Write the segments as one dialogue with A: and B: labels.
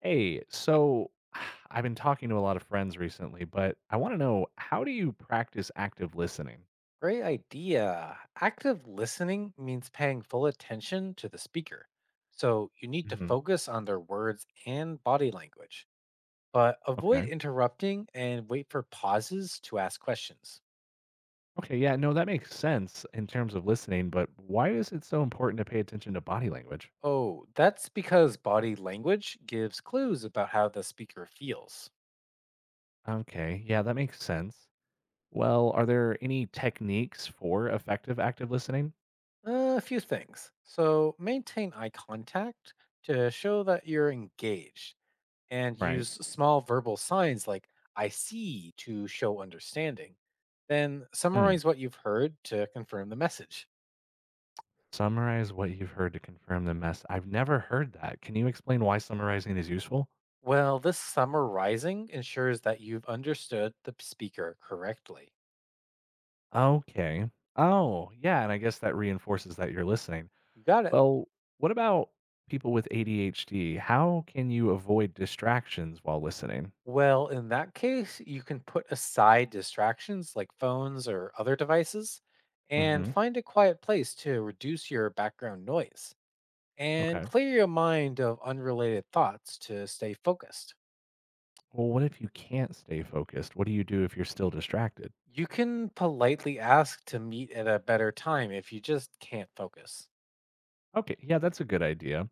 A: Hey, so I've been talking to a lot of friends recently, but I want to know, how do you practice active listening?
B: Great idea. Active listening means paying full attention to the speaker. So you need to
A: Hmm.
B: focus on their words and body language, but avoid
A: Okay.
B: interrupting and wait for pauses to ask questions.
A: Okay. Yeah. No, that makes sense in terms of listening, but why is it so important to pay attention to body language?
B: Oh, that's because body language gives clues about how the speaker feels.
A: Okay. Yeah, that makes sense. Well, are there any techniques for effective active listening?
B: A few things. So maintain eye contact to show that you're engaged and
A: Right.
B: use small verbal signs like I see to show understanding. Then
A: Mm.
B: summarize what you've heard to confirm the message.
A: Summarize what you've heard to confirm the mess. I've never heard that. Can you explain why summarizing is useful?
B: Well, this summarizing ensures that you've understood the speaker correctly.
A: Okay. Oh, yeah. And I guess that reinforces that you're listening.
B: You got it.
A: Well, what about people with ADHD? How can you avoid distractions while listening?
B: Well, in that case, you can put aside distractions like phones or other devices and
A: Hmm.
B: find a quiet place to reduce your background noise and
A: Okay.
B: clear your mind of unrelated thoughts to stay focused.
A: Well, what if you can't stay focused? What do you do if you're still distracted?
B: You can politely ask to meet at a better time if you just can't focus.
A: Okay, yeah, that's a good idea.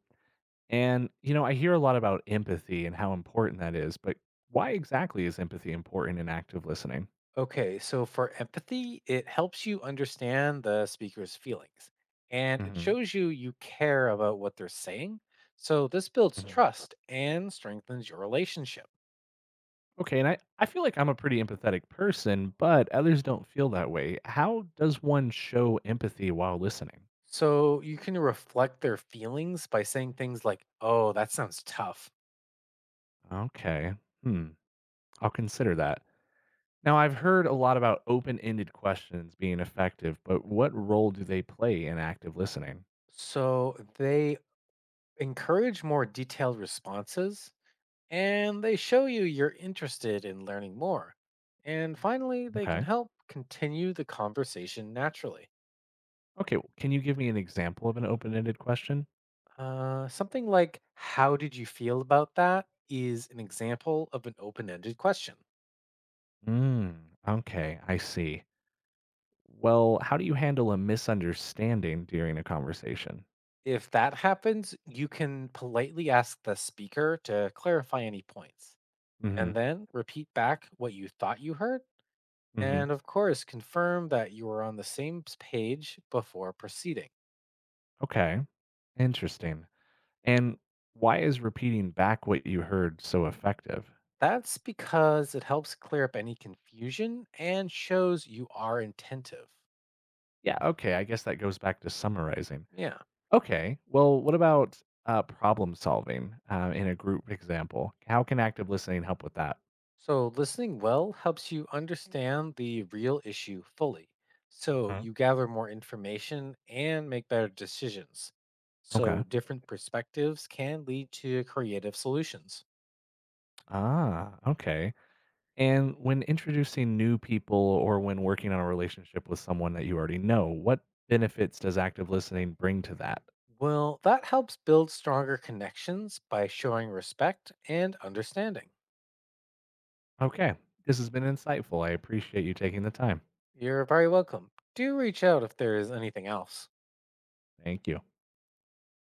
A: And, I hear a lot about empathy and how important that is, but why exactly is empathy important in active listening?
B: Okay, so for empathy, it helps you understand the speaker's feelings and it
A: Hmm.
B: shows you care about what they're saying. So this builds
A: Hmm.
B: trust and strengthens your relationship.
A: Okay, and I feel like I'm a pretty empathetic person, but others don't feel that way. How does one show empathy while listening?
B: So you can reflect their feelings by saying things like, oh, that sounds tough.
A: Okay. Hmm. I'll consider that. Now, I've heard a lot about open ended questions being effective, but what role do they play in active listening?
B: So they encourage more detailed responses and they show you're interested in learning more. And finally, they can
A: Okay.
B: help continue the conversation naturally.
A: Okay. Can you give me an example of an open ended question?
B: Something like, "How did you feel about that?" is an example of an open ended question.
A: Mm, okay. I see. Well, how do you handle a misunderstanding during a conversation?
B: If that happens, you can politely ask the speaker to clarify any points
A: Hmm.
B: and then repeat back what you thought you heard.
A: Hmm.
B: And of course, confirm that you are on the same page before proceeding.
A: Okay. Interesting. And why is repeating back what you heard so effective?
B: That's because it helps clear up any confusion and shows you are attentive.
A: Yeah. Okay. I guess that goes back to summarizing.
B: Yeah.
A: Okay. Well, what about problem solving in a group example? How can active listening help with that?
B: So listening well helps you understand the real issue fully. So
A: Mhm.
B: you gather more information and make better decisions. So
A: Okay.
B: different perspectives can lead to creative solutions.
A: Ah, okay. And when introducing new people or when working on a relationship with someone that you already know, what benefits does active listening bring to that?
B: Well, that helps build stronger connections by showing respect and understanding.
A: Okay. This has been insightful. I appreciate you taking the time.
B: You're very welcome. Do reach out if there is anything else.
A: Thank you.